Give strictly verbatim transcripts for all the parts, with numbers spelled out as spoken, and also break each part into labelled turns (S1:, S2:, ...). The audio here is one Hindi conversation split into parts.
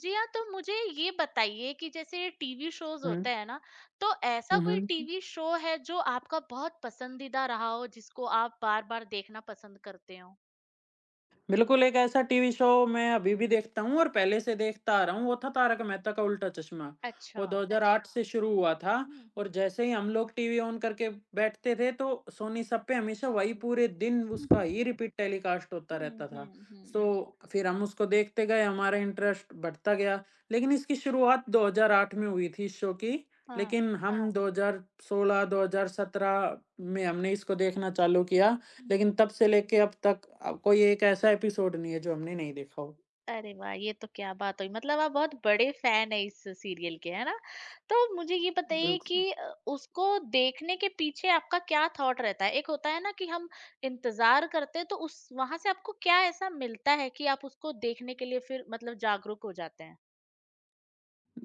S1: जी हाँ, तो मुझे ये बताइए कि जैसे टीवी शोज़
S2: हुँ।
S1: होते हैं ना, तो ऐसा
S2: हुँ,
S1: कोई
S2: हुँ।
S1: टीवी शो है जो आपका बहुत पसंदीदा रहा हो, जिसको आप बार-बार देखना पसंद करते हो?
S2: बिल्कुल, एक ऐसा टीवी शो मैं अभी भी देखता हूँ और पहले से देखता आ रहा हूँ, वो था तारक मेहता का उल्टा चश्मा।
S1: अच्छा।
S2: वो दो हज़ार आठ अच्छा। से शुरू हुआ था
S1: हुँ,
S2: और
S1: हुँ।
S2: जैसे ही हम लोग टीवी ऑन करके बैठते थे, तो सोनी सब पे हमेशा वही पूरे दिन उसका ही रिपीट टेलीकास्ट होता
S1: हुँ, हुँ,
S2: रहता
S1: हुँ। हुँ,
S2: था।
S1: हुँ, हुँ,
S2: सो
S1: हुँ।
S2: फिर हम उसको देखते गए, हमारा इंटरेस्ट बढ़ता गया, लेकिन इसकी शुरुआत दो हज़ार आठ में हुई थी इस शो की, लेकिन हम हाँ। दो हज़ार सोलह-दो हज़ार सत्रह में हमने इसको देखना चालू किया।
S1: हाँ।
S2: लेकिन तब से लेके अब तक अ, कोई एक ऐसा एपिसोड नहीं है जो हमने नहीं देखा हो।
S1: अरे वाह! ये तो क्या बात हुई, मतलब आप बहुत बड़े फैन हैं इस सीरियल के, है ना? तो मुझे ये बताइए कि
S2: बिल्कुल।
S1: अ, उसको देखने के पीछे आपका क्या थॉट रहता है? एक होता है ना कि हम इंतज़ार करते हैं, तो उस वहाँ से आपको क्या ऐसा मिलता है कि आप उसको देखने के लिए फिर मतलब जागरूक हो जाते हैं?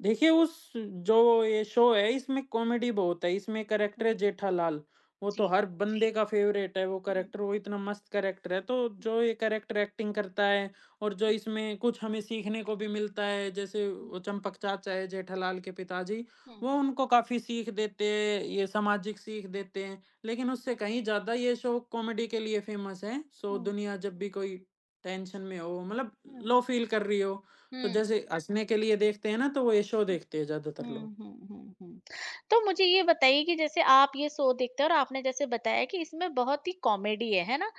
S2: देखिए, उस जो ये शो है, इसमें कॉमेडी बहुत है, इसमें कैरेक्टर
S1: हुँ।
S2: है जेठालाल, वो तो
S1: जी।
S2: हर बंदे का फ़ेवरेट है वो
S1: हुँ,
S2: कैरेक्टर,
S1: हुँ,
S2: वो इतना मस्त कैरेक्टर है, तो जो ये कैरेक्टर एक्टिंग करता है और जो इसमें कुछ हमें सीखने को भी मिलता है, जैसे
S1: हुँ,
S2: वो चंपक चाचा है जेठालाल के पिताजी,
S1: हुँ,
S2: वो उनको काफ़ी सीख देते हैं, ये सामाजिक सीख देते हैं, लेकिन उससे कहीं ज़्यादा ये शो कॉमेडी के लिए फ़ेमस है, सो
S1: हुँ,
S2: दुनिया जब भी कोई टेंशन में हो, मतलब
S1: हुँ,
S2: लो फ़ील कर रही हो, तो
S1: हुँ,
S2: जैसे हँसने के लिए देखते हैं ना, तो वो ये शो
S1: हुँ।
S2: देखते हैं ज़्यादातर
S1: हुँ,
S2: लोग,
S1: हुँ, हुँ, हुँ। तो मुझे ये बताइए कि जैसे आप ये शो देखते हैं और आपने जैसे बताया कि इसमें बहुत ही कॉमेडी है, है ना?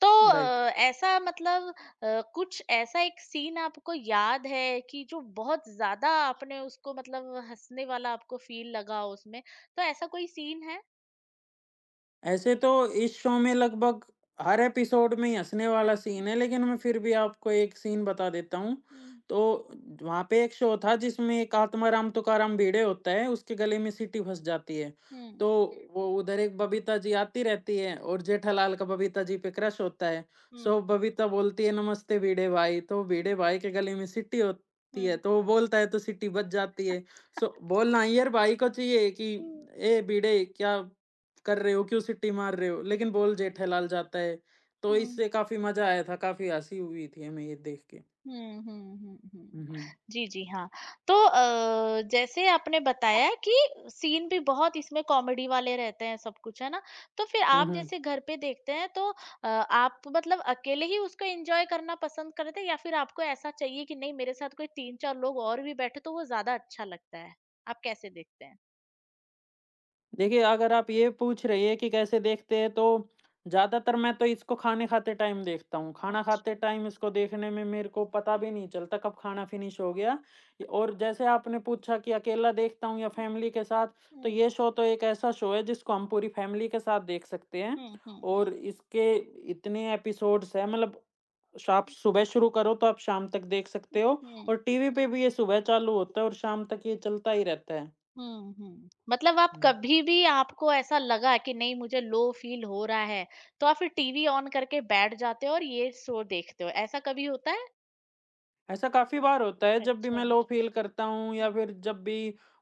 S1: तो
S2: राइट।
S1: अ, ऐसा मतलब अ, कुछ ऐसा एक सीन आपको याद है कि जो बहुत ज़्यादा आपने उसको मतलब हँसने वाला आपको फ़ील लगा हो उसमें? तो ऐसा कोई सीन है?
S2: ऐसे तो इस शो में लगभग हर एपिसोड में ही हँसने
S1: हाँ
S2: वाला सीन
S1: जी।
S2: है, लेकिन मैं फिर भी आपको एक
S1: हुँ,
S2: सीन बता देता हूँ।
S1: हुँ,
S2: तो वहाँ पे एक शो था जिसमें एक आत्माराम तुकाराम भिड़े होता है, उसके गले में सीटी फँस जाती है। हुँ।
S1: हुँ,
S2: तो वो उधर एक बबीता जी आती रहती हैं और जेठालाल का बबीता जी पे क्रश होता है।
S1: हुँ,
S2: सो बबीता बोलती है, "नमस्ते भिड़े भाई।" तो भिड़े भाई के गले में सीटी होती है,
S1: हुँ,
S2: तो वो बोलता है तो सीटी बज जाती है। सो बोलना ईयर भाई को चाहिए कि,
S1: हुँ,
S2: "ए भिड़े क्या कर रहे हो, क्यों सीटी मार रहे हो?" लेकिन बोल जेठालाल जाता है। तो इससे
S1: हुँ।
S2: काफ़ी मज़ा आया था, काफ़ी हँसी हुई थी हमें ये देख के।
S1: हुँ, हुँ, हुँ, हुँ।
S2: हुँ, हुँ।
S1: जी, जी, हाँ। तो अ, जैसे आपने बताया कि सीन भी बहुत इसमें कॉमेडी वाले रहते हैं सब कुछ, है ना? तो फिर
S2: हुँ,
S1: आप
S2: हुँ।
S1: जैसे घर पे देखते हैं तो अ, आप मतलब अकेले ही उसको एन्जॉय करना पसंद करते हैं, या फिर आपको ऐसा चाहिए कि नहीं मेरे साथ कोई तीन चार लोग और भी बैठे तो वो ज़्यादा अच्छा लगता है? आप कैसे देखते हैं?
S2: देखिए, अगर आप ये पूछ रही हैं कि कैसे देखते हैं, तो ज़्यादातर मैं तो इसको खाने खाते टाइम देखता हूँ। खाना खाते
S1: अच्छा।
S2: टाइम इसको देखने में मेरे को पता भी नहीं चलता कब खाना फिनिश हो गया। और जैसे आपने पूछा कि अकेला देखता हूँ या फैमिली के साथ, तो
S1: हुँ,
S2: ये शो तो एक ऐसा शो है जिसको हम पूरी फैमिली के साथ देख सकते हैं।
S1: हुँ, हुँ, हुँ,
S2: और इसके इतने एपिसोड्स हैं मतलब श आप सुबह शुरू करो तो आप शाम तक देख
S1: हुँ,
S2: सकते हो और
S1: हुँ।
S2: टीवी पे भी ये सुबह चालू होता है और शाम तक ये चलता ही रहता है।
S1: हुँ, हुँ। मतलब आप
S2: हुँ।
S1: कभी भी आपको ऐसा लगा कि नहीं मुझे लो फ़ील हो रहा है, तो आप फिर टीवी ऑन करके बैठ जाते हो और ये शो देखते हो, ऐसा कभी होता है?
S2: ऐसा काफ़ी बार होता है जब भी मैं
S1: अच्छा।
S2: लो फ़ील करता हूँ या
S1: हुँ,
S2: फिर जब भी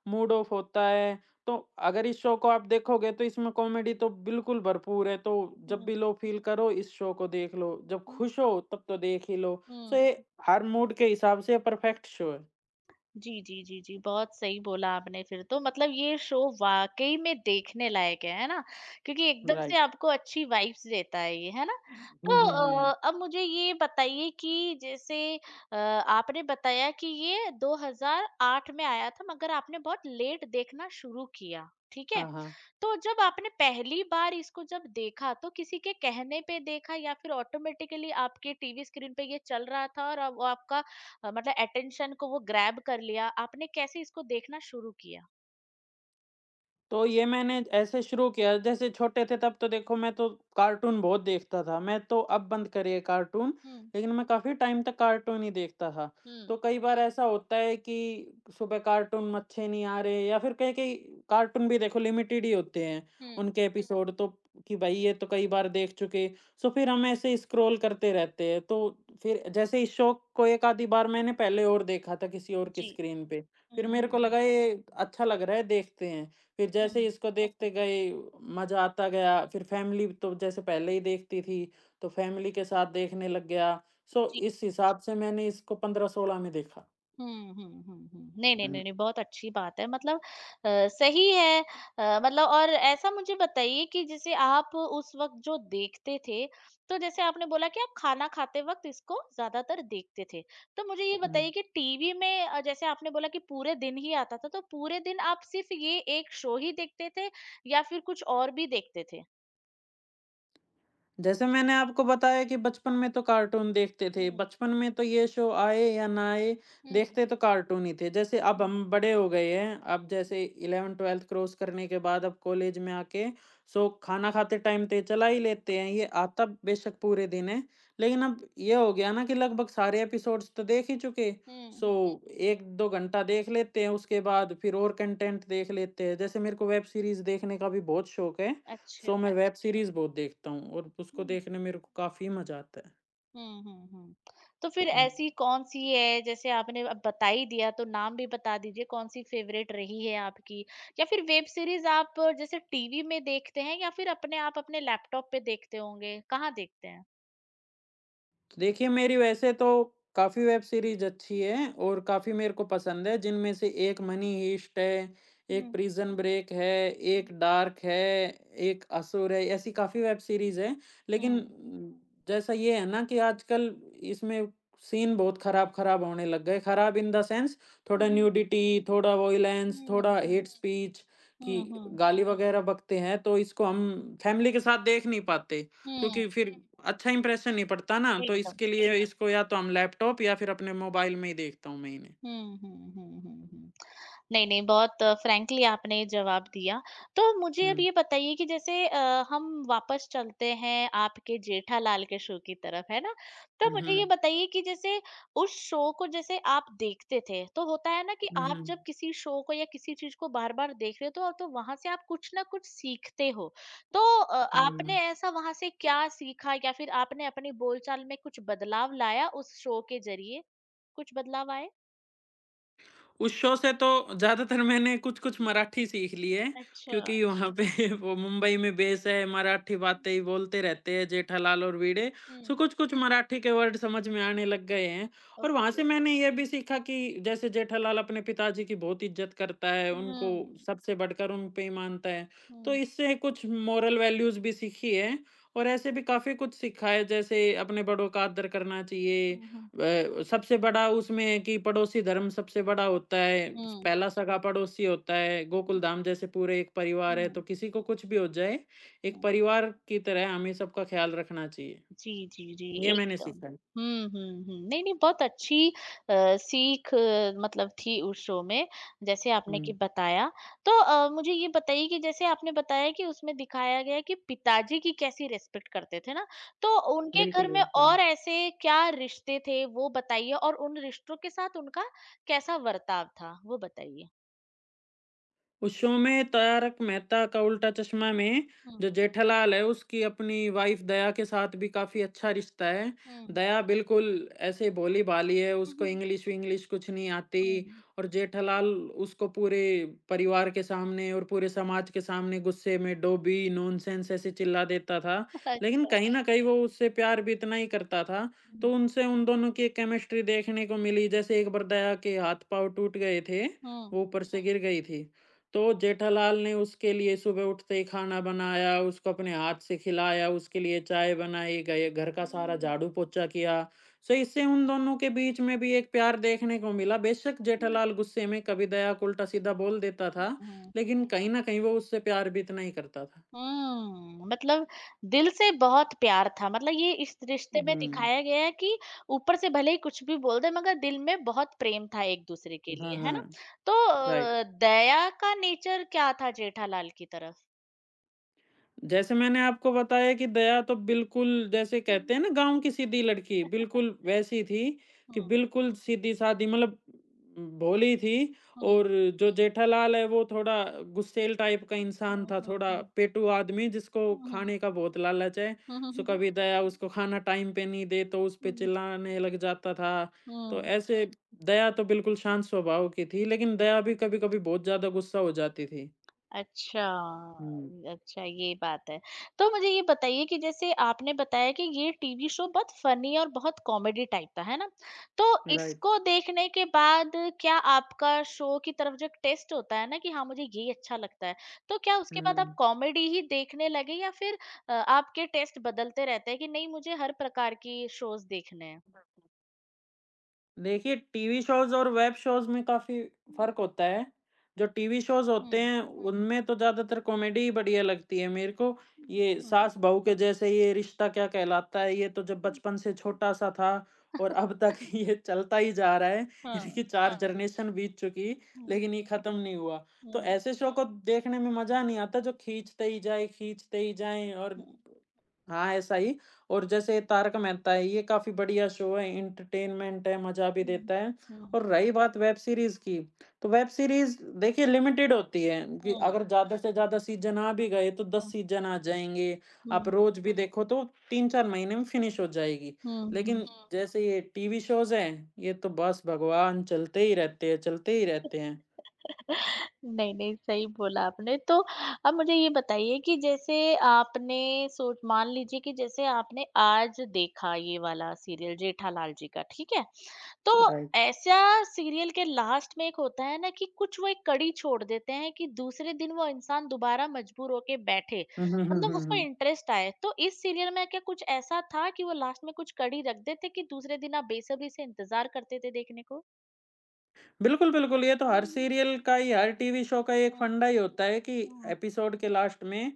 S2: मूड ऑफ होता है, तो अगर इस शो को आप देखोगे तो इसमें कॉमेडी तो बिल्कुल भरपूर है, तो जब
S1: हुँ,
S2: भी लो फ़ील करो इस शो को देख लो, जब
S1: हुँ,
S2: खुश हो तब तो देख ही लो। सो
S1: हुँ।
S2: ये हर मूड के हिसाब से परफेक्ट शो है।
S1: जी, जी, जी, जी, बहुत सही बोला आपने, फिर तो मतलब ये शो वाक़ई में देखने लायक है, है ना? क्योंकि एकदम से
S2: राइट।
S1: आपको अच्छी वाइब्स देता है ये, है ना?
S2: हुँ,
S1: तो
S2: हुँ, हुँ।
S1: अ, अब मुझे ये बताइए कि जैसे अ, आपने बताया कि ये दो हज़ार आठ में आया था, मगर आपने बहुत लेट देखना शुरू किया, ठीक है?
S2: हाँ, हाँ।
S1: तो जब आपने पहली बार इसको जब देखा तो किसी के कहने पे देखा, या फिर ऑटोमेटिकली आपके टीवी स्क्रीन पे ये चल रहा था और अब आपका अ, मतलब अटेंशन को वो ग्रैब कर लिया, आपने कैसे इसको देखना शुरू किया?
S2: तो ये मैंने ऐसे शुरू किया जैसे छोटे थे तब तो देखो मैं तो कार्टून बहुत देखता था मैं तो अब बंद करी है कार्टून
S1: हम्म।
S2: लेकिन मैं काफ़ी टाइम तक कार्टून ही देखता था।
S1: हम्म।
S2: तो कई बार ऐसा होता है कि सुबह कार्टून अच्छे नहीं आ रहे या फिर कहीं-कहीं कार्टून भी देखो लिमिटेड ही होते हैं,
S1: हम्म।
S2: उनके हुँ। एपिसोड तो कि भाई ये तो कई बार देख चुके। सो फिर हम ऐसे स्क्रॉल करते रहते हैं तो फिर जैसे इस शो को एक आधी बार मैंने पहले और देखा था किसी और की
S1: जी।
S2: स्क्रीन पे, फिर
S1: हम्म।
S2: मेरे को
S1: हम्म।
S2: लगा ये अच्छा लग रहा है देखते हैं। फिर
S1: हम्म,
S2: जैसे ही
S1: हम्म।
S2: इसको देखते गए मज़ा आता गया, फिर फैमिली तो जैसे पहले ही देखती थी, तो फैमिली के साथ देखने लग गया। सो इस हिसाब से मैंने इसको पंद्रह सोलह में देखा।
S1: हुँ, हुँ, हुँ, हुँ। नहीं, नहीं,
S2: हुँ,
S1: नहीं, नहीं, बहुत अच्छी बात है, मतलब अ, सही है। अ, मतलब और ऐसा मुझे बताइए कि जैसे आप उस वक़्त जो देखते थे, तो जैसे आपने बोला कि आप खाना खाते वक़्त इसको ज़्यादातर देखते थे। तो मुझे ये
S2: हुँ।
S1: बताइए कि टीवी में अ, जैसे आपने बोला कि पूरे दिन ही आता था, तो पूरे दिन आप सिर्फ़ ये एक शो ही देखते थे या फिर कुछ और भी देखते थे?
S2: जैसे मैंने आपको बताया कि बचपन में तो कार्टून देखते थे,
S1: हुँ,
S2: बचपन में तो ये शो आए या ना आए,
S1: हुँ,
S2: देखते तो कार्टून ही थे। जैसे अब
S1: हुँ,
S2: हम बड़े हो गए हैं, अब जैसे इलेवन-ट्वेल्थ क्रॉस करने के बाद अब कॉलेज में आके सो खाना खाते टाइम तो ये चला ही लेते हैं, ये आता बेशक पूरे दिन है, लेकिन अब ये हो गया ना कि लगभग सारे एपिसोड्स तो देख ही चुके,
S1: हुँ,
S2: सो एक दो घंटा देख लेते हैं, उसके बाद फिर और कंटेंट देख लेते हैं। जैसे मेरे को वेब सीरीज़ देखने का भी बहुत शौक है, सो
S1: अच्छा।
S2: मैं वेब सीरीज़ बहुत देखता हूँ और उसको
S1: हुँ।
S2: देखने मेरे को काफ़ी मज़ा आता है।
S1: हुँ, हुँ, हुँ। तो फिर
S2: हुँ।
S1: ऐसी कौन-सी है जैसे आपने अब बता ही दिया, तो नाम भी बता दीजिए कौन-सी फ़ेवरेट रही है आपकी? या फिर वेब सीरीज़ आप अ, जैसे टीवी में देखते हैं या फिर अपने आप अपने लैपटॉप पे देखते होंगे? कहाँ देखते हैं?
S2: देखिए, मेरी वैसे तो काफ़ी वेब सीरीज़ अच्छी है और काफ़ी मेरे को पसंद है, जिनमें से एक मनी हीस्ट है, एक
S1: हुँ,
S2: प्रिज़न ब्रेक है,
S1: हुँ,
S2: एक डार्क है, एक असुर है, ऐसी काफ़ी वेब सीरीज़ है। लेकिन
S1: हुँ।
S2: जैसा ये है ना कि आजकल इसमें सीन बहुत ख़राब-ख़राब होने लग गए। ख़राब इन द सेंस
S1: हुँ,
S2: थोड़ा
S1: हुँ,
S2: न्यूडिटी, थोड़ा वॉयलेंस, थोड़ा हेट स्पीच
S1: हुँ,
S2: की
S1: हुँ, हुँ,
S2: गाली वग़ैरह बकते हैं, तो इसको हम फैमिली के साथ देख नहीं पाते।
S1: हुँ,
S2: क्योंकि फिर अच्छा इंप्रेशन नहीं पड़ता ना, तो
S1: एकदम।
S2: इसके लिए इसको या तो हम लैपटॉप या फिर अपने मोबाइल में ही देखता हूँ मैं इन्हें।
S1: हुँ, हुँ, हुँ, हुँ, हुँ। नहीं, नहीं, बहुत फ्रैंकली आपने जवाब दिया। तो मुझे अब
S2: हुँ।
S1: ये बताइए कि जैसे अ, हम वापस चलते हैं आपके जेठालाल के शो की तरफ, है ना? तो
S2: हुँ,
S1: मुझे ये
S2: हुँ।
S1: बताइए कि जैसे उस शो को जैसे आप देखते थे, तो होता है ना कि आप
S2: हुँ,
S1: जब किसी शो को या किसी चीज़ को बार-बार देख रहे हो तो तो वहाँ से आप कुछ ना कुछ सीखते हो। तो अ, आपने
S2: हुँ।
S1: ऐसा वहाँ से क्या सीखा, या फिर आपने अपनी बोलचाल में कुछ बदलाव लाया उस शो के ज़रिए? कुछ बदलाव आए?
S2: उस शो से तो ज़्यादातर मैंने कुछ-कुछ मराठी सीख ली है,
S1: अच्छा।
S2: क्योंकि वहाँ पे वो मुंबई में बेस है, मराठी बातें ही बोलते रहते हैं जेठालाल और भिड़े, सो
S1: हुँ।
S2: कुछ-कुछ मराठी के वर्ड समझ में आने लग गए हैं। और वहाँ
S1: ओके।
S2: से मैंने ये भी सीखा कि जैसे जेठालाल अपने पिताजी की बहुत इज़्ज़त करता है, उनको
S1: हुँ।
S2: सबसे बढ़कर उन पे ही मानता है, तो
S1: हुँ,
S2: इससे कुछ मोरल वैल्यूज़ भी सीखी है और ऐसे भी काफ़ी कुछ सीखा है, जैसे अपने बड़ों का आदर करना
S1: हुँ,
S2: चाहिए।
S1: हुँ, हुँ।
S2: अ, सबसे बड़ा उसमें है कि पड़ोसी धर्म सबसे बड़ा होता है। पहला सगा पड़ोसी होता है,
S1: हुँ,
S2: गोकुलधाम जैसे पूरे एक परिवार है, तो
S1: हुँ,
S2: किसी को कुछ भी हो जाए, एक
S1: हुँ।
S2: परिवार की तरह हमें सबका ख़्याल रखना चाहिए।
S1: जी, जी, जी,
S2: ये मैंने
S1: एकदम।
S2: सीखा है।
S1: हुँ, हुँ, हुँ। नहीं-नहीं, बहुत अच्छी अ, सीख अ, मतलब थी उस शो में, जैसे आपने कि
S2: हुँ।
S1: बताया। तो अ, मुझे ये बताइए कि जैसे आपने बताया कि उसमें दिखाया गया कि पिताजी की कैसी रिस्पेक्ट करते थे ना, तो उनके
S2: बिल्कुल,
S1: घर में
S2: बिल्कुल।
S1: और ऐसे क्या रिश्ते थे वो बताइए, और उन रिश्तों के साथ उनका कैसा बर्ताव था, वो बताइए?
S2: उस शो में तारक मेहता का उल्टा चश्मा में जो
S1: हुँ,
S2: जेठालाल है उसकी अपनी वाइफ दया के साथ भी काफ़ी अच्छा रिश्ता है।
S1: हुँ।
S2: दया बिल्कुल ऐसे भोली-भाली है,
S1: हुँ,
S2: उसको
S1: हुँ,
S2: इंग्लिश-विंग्लिश कुछ नहीं आती
S1: हुँ।
S2: और जेठालाल उसको पूरे परिवार के सामने और पूरे समाज के सामने गुस्से में डोबी, नॉनसेंस ऐसे चिल्ला देता था। लेकिन
S1: अच्छा।
S2: कहीं न कहीं वो उससे प्यार भी इतना ही करता था,
S1: हुँ,
S2: तो उनसे उन दोनों की एक केमिस्ट्री देखने को मिली। जैसे एक बार दया के हाथ-पाँव टूट गए थे,
S1: हुँ।
S2: वो ऊपर से गिर गई थी। तो जेठालाल ने उसके लिए सुबह उठते ही खाना बनाया, उसको अपने हाथ से खिलाया, उसके लिए चाय बनाई, गए घर का सारा झाड़ू-पोछा किया। सो इससे उन दोनों के बीच में भी एक प्यार देखने को मिला। बेशक जेठालाल गुस्से में कभी दया को उल्टा-सीधा बोल देता था,
S1: हुँ,
S2: लेकिन कहीं न कहीं वो उससे प्यार भी इतना ही करता था।
S1: हुँ, मतलब दिल से बहुत प्यार था, मतलब ये इस रिश्ते में
S2: हुँ।
S1: दिखाया गया है कि ऊपर से भले ही कुछ भी बोल दें मगर दिल में बहुत प्रेम था एक-दूसरे के
S2: हाँ,
S1: लिए, है ना?
S2: हाँ।
S1: तो
S2: राइट।
S1: अ, दया का नेचर क्या था जेठालाल की तरफ?
S2: जैसे मैंने आपको बताया कि दया तो बिल्कुल जैसे कहते
S1: हुँ,
S2: हैं ना गाँव की सीधी लड़की, बिल्कुल वैसी थी कि
S1: हुँ,
S2: बिल्कुल सीधी-सादी मतलब भोली थी
S1: हुँ,
S2: और जो जेठालाल है वो थोड़ा गुस्सैल टाइप का इंसान
S1: हुँ,
S2: था,
S1: हुँ,
S2: थोड़ा
S1: हुँ,
S2: पेटू आदमी जिसको
S1: हुँ, हुँ,
S2: खाने का बहुत लालच है।
S1: हुँ, हुँ,
S2: सो
S1: हुँ,
S2: कभी दया उसको खाना टाइम पे नहीं दे तो उस पे
S1: हुँ,
S2: चिल्लाने लग जाता था। तो
S1: हुँ।
S2: ऐसे दया तो बिल्कुल शांत स्वभाव की थी लेकिन दया भी कभी-कभी बहुत ज़्यादा गुस्सा हो जाती थी।
S1: अच्छा,
S2: हुँ,
S1: अच्छा ये बात है। तो मुझे ये बताइए कि जैसे आपने बताया कि ये टीवी शो बहुत फ़नी और बहुत कॉमेडी टाइप का है ना? तो
S2: राइट।
S1: इसको देखने के बाद क्या आपका शो की तरफ जो एक टेस्ट होता है ना कि हाँ, मुझे ये अच्छा लगता है। तो क्या उसके बाद आप
S2: हुँ।
S1: कॉमेडी ही देखने लगे या फिर अ, आपके टेस्ट बदलते रहते हैं कि नहीं मुझे हर प्रकार की शोज़ देखने हैं?
S2: देखिए, टीवी शोज़ और वेब शोज़ में काफ़ी
S1: हुँ,
S2: फ़र्क होता है। जो टीवी शोज़
S1: हुँ,
S2: होते हैं, हुँ। उनमें तो ज़्यादातर कॉमेडी ही बढ़िया लगती है मेरे को।
S1: हुँ,
S2: ये
S1: हुँ,
S2: सास-बहू के जैसे ये रिश्ता क्या कहलाता है, ये तो जब
S1: हुँ,
S2: बचपन से छोटा-सा था और अब तक ये चलता ही जा रहा है।
S1: हाँ,
S2: इनकी चार हाँ। जनरेशन बीत चुकी,
S1: हुँ,
S2: लेकिन ये ख़त्म नहीं हुआ। तो
S1: हुँ,
S2: ऐसे शो को देखने में मज़ा नहीं आता जो खींचते ही जाएँ, खींचते ही जाएँ और
S1: हुँ,
S2: हाँ, ऐसा ही और जैसे तारक मेहता है ये काफ़ी बढ़िया शो है, एंटरटेनमेंट है, मज़ा भी
S1: हुँ,
S2: देता है
S1: हुँ,
S2: और रही बात वेब सीरीज़ की, तो वेब सीरीज़ देखिए लिमिटेड होती है कि
S1: हुँ,
S2: अगर ज़्यादा से ज़्यादा सीज़न आ भी गए तो दस
S1: हुँ,
S2: सीज़न आ जाएँगे, आप
S1: हुँ।
S2: रोज़ भी देखो तो तीन चार महीने में फिनिश हो जाएगी।
S1: हुँ,
S2: लेकिन
S1: हुँ।
S2: हुँ। जैसे ये टीवी शोज़ हैं, ये तो बस भगवान चलते ही रहते हैं, चलते ही रहते हैं।
S1: नहीं, नहीं, सही बोला आपने। तो अब मुझे ये बताइए कि जैसे आपने सोच मान लीजिए कि जैसे आपने आज देखा ये वाला सीरियल जेठालाल जी का, ठीक है? तो
S2: राइट।
S1: ऐसा सीरियल के लास्ट में एक होता है ना कि कुछ वो एक कड़ी छोड़ देते हैं कि दूसरे दिन वो इंसान दोबारा मजबूर होके बैठे,
S2: हुँ, हुँ, हुँ,
S1: मतलब
S2: हुँ,
S1: उसको
S2: हुँ।
S1: इंटरेस्ट आए। तो इस सीरियल में क्या कुछ ऐसा था कि वो लास्ट में कुछ कड़ी रख देते कि दूसरे दिन आप बेसब्री से इंतज़ार करते थे देखने को?
S2: बिल्कुल, बिल्कुल, ये तो
S1: हुँ,
S2: हर
S1: हुँ।
S2: सीरियल का ही, हर टीवी शो का ही एक फंडा ही होता है कि
S1: हुँ, हुँ।
S2: एपिसोड के लास्ट में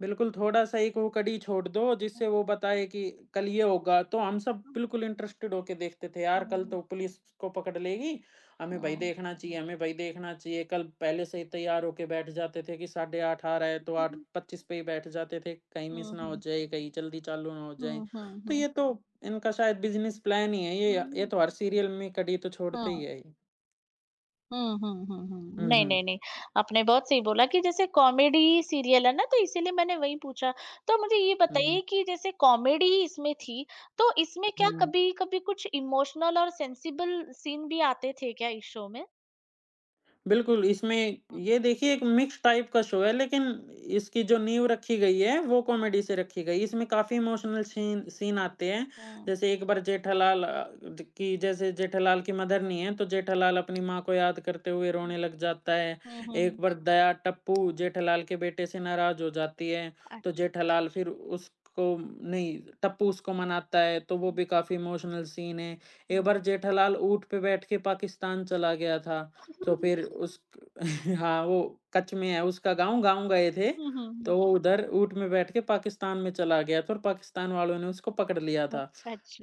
S2: बिल्कुल थोड़ा-सा एक वो कड़ी छोड़ दो, जिससे
S1: हुँ,
S2: वो बताए कि कल ये होगा। तो हम सब
S1: हुँ,
S2: बिल्कुल इंटरेस्टेड होके देखते थे, यार कल
S1: हुँ,
S2: तो पुलिस को पकड़ लेगी, हमें भई
S1: हुँ,
S2: देखना चाहिए, हमें भई देखना चाहिए। कल पहले से ही तैयार होके बैठ जाते थे कि साढ़े आठ आ रहा है, तो
S1: हुँ,
S2: आठ पच्चीस पे ही बैठ जाते थे, कहीं मिस ना हो
S1: हुँ,
S2: जाए, कहीं जल्दी चालू ना हो जाए।
S1: हुँ, हुँ,
S2: तो
S1: हुँ,
S2: ये तो इनका शायद बिज़नेस प्लान ही है, ये ये
S1: हुँ,
S2: तो हर सीरियल में कड़ी तो छोड़ते ही
S1: हाँ।
S2: है ये।
S1: हुँ, हुँ, हुँ, हुँ। नहीं,
S2: Мгм.
S1: नहीं, नहीं, आपने बहुत सही बोला कि जैसे कॉमेडी सीरियल है ना, तो इसीलिए मैंने वही पूछा। तो मुझे ये
S2: Мгм.
S1: बताइए कि जैसे कॉमेडी इसमें थी, तो इसमें क्या
S2: Мгм.
S1: कभी-कभी कुछ इमोशनल और सेंसिबल सीन भी आते थे क्या इस शो में?
S2: बिल्कुल, इसमें
S1: हुँ,
S2: ये देखिए एक मिक्स टाइप का शो है लेकिन इसकी जो नींव रखी गई है वो
S1: हुँ,
S2: कॉमेडी से रखी गई है। इसमें काफ़ी इमोशनल सीन सीन आते हैं।
S1: हुँ,
S2: जैसे एक बार जेठालाल अ, ज की जैसे जेठालाल की मदर नहीं है तो जेठालाल अपनी माँ को याद करते हुए रोने लग जाता है।
S1: हुँ, हुँ, हुँ,
S2: एक
S1: हुँ।
S2: बार दया टप्पू जेठालाल के बेटे से नाराज़ हो जाती है, तो
S1: अच्छा।
S2: जेठालाल फिर उसको नहीं टप्पू उसको मनाता है तो वो भी काफ़ी इमोशनल सीन है।
S1: हुँ,
S2: एक
S1: हुँ,
S2: बार जेठालाल ऊँट पे बैठ के पाकिस्तान चला गया था। तो
S1: हुँ,
S2: फिर उस हाँ, वो कच्छ में है उसका गाँव, गाँव गए थे,
S1: हुँ, हुँ, हुँ,
S2: तो वो उधर ऊँट में बैठ के पाकिस्तान में चला गया था और पाकिस्तान वालों ने उसको पकड़ लिया था।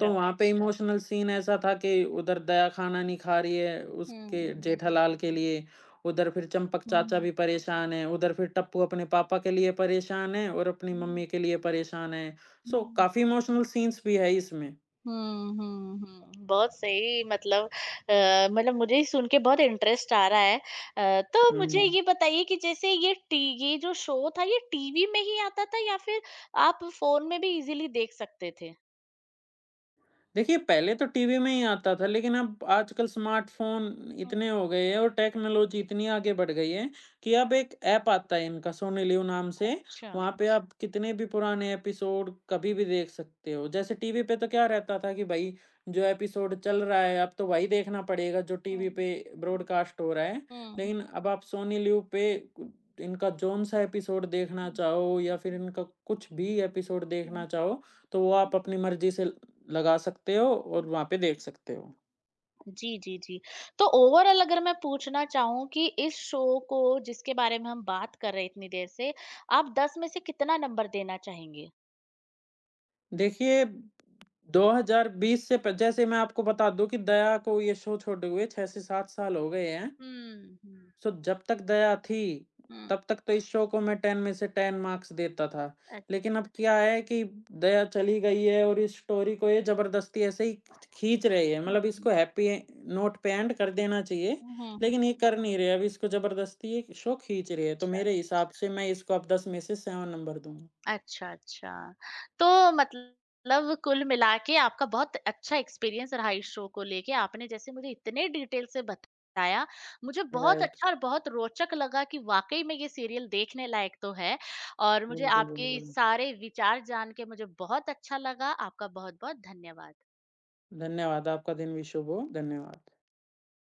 S2: तो वहाँ पे अच्छा। इमोशनल सीन ऐसा था कि उधर दया खाना नहीं खा रही है उसके
S1: हुँ,
S2: जेठालाल के लिए, उधर फिर चंपक चाचा भी
S1: हुँ।
S2: परेशान हैं, उधर फिर टप्पू अपने पापा के लिए परेशान है और अपनी
S1: हुँ,
S2: मम्मी के लिए परेशान है। सो
S1: हुँ।
S2: काफ़ी इमोशनल सीन्स भी है इसमें।
S1: हुँ, हुँ, हुँ। बहुत सही, मतलब अ, मतलब मुझे ही सुन के बहुत इंटरेस्ट आ रहा है। अ, तो मुझे
S2: हुँ।
S1: ये बताइए कि जैसे ये टी ये जो शो था ये टीवी में ही आता था या फिर आप फ़ोन में भी इज़िली देख सकते थे?
S2: देखिए, पहले तो टीवी में ही आता था, लेकिन अब आजकल स्मार्टफ़ोन
S1: हुँ,
S2: इतने हो गए हैं और टेक्नोलॉजी इतनी आगे बढ़ गई है कि अब एक ऐप आता है इनका सोनी लिव नाम से,
S1: अच्छा।
S2: वहाँ पे आप कितने भी पुराने एपिसोड कभी भी देख सकते हो। जैसे टीवी पे तो क्या रहता था कि भई, जो एपिसोड चल रहा है, अब तो वही देखना पड़ेगा जो टीवी
S1: हुँ।
S2: पे ब्रॉडकास्ट हो रहा है।
S1: हुँ, हुँ, हुँ,
S2: लेकिन अब आप सोनी लिव पे कु इनका जौन-सा एपिसोड देखना
S1: हुँ,
S2: चाहो या फिर इनका कुछ भी एपिसोड देखना
S1: हुँ,
S2: चाहो, तो वो आप
S1: हुँ,
S2: अपनी मर्ज़ी से लगा सकते हो और
S1: हुँ।
S2: वहाँ पे देख सकते हो।
S1: जी, जी, जी। तो ओवरऑल अगर मैं पूछना चाहूँ कि इस शो को जिसके बारे में हम बात कर रहे हैं इतनी देर से, आप दस में से कितना नंबर देना चाहेंगे?
S2: देखिए दो हज़ार बीस से प जैसे मैं आपको बता दूँ कि दया को ये शो छोड़े हुए छह से सात साल हो गए हैं।
S1: हुँ, हुँ,
S2: सो जब तक दया थी,
S1: हुँ।
S2: तब तक तो इस शो को मैं टेन में से टेन मार्क्स देता था। लेकिन अब क्या है कि दया चली गई है और इस स्टोरी को ये ज़बरदस्ती ऐसे ही खींच रहे हैं। मतलब
S1: अच्छा।
S2: इसको हैप्पी ए नोट पे एंड कर देना चाहिए,
S1: हुँ, हुँ।
S2: लेकिन ये कर नहीं रहे। अब इसको ज़बरदस्ती ये शो खींच रहे हैं। तो
S1: अच्छा,
S2: मेरे हिसाब से मैं इसको अब दस में से सेवन नंबर दूँगा।
S1: अच्छा, अच्छा। तो मतलब कुल मिला के आपका बहुत अच्छा एक्सपीरियंस रहा इस शो को लेके। आपने जैसे मुझे इतने डिटेल से बताया, मुझे बहुत
S2: राइट।
S1: अच्छा और बहुत रोचक लगा कि वाक़ई में ये सीरियल देखने लायक तो है और मुझे
S2: बिल्कुल,
S1: आपके
S2: बिल्कुल।
S1: सारे विचार जान के मुझे बहुत अच्छा लगा। आपका बहुत-बहुत धन्यवाद।
S2: धन्यवाद, आपका दिन भी शुभ हो। धन्यवाद।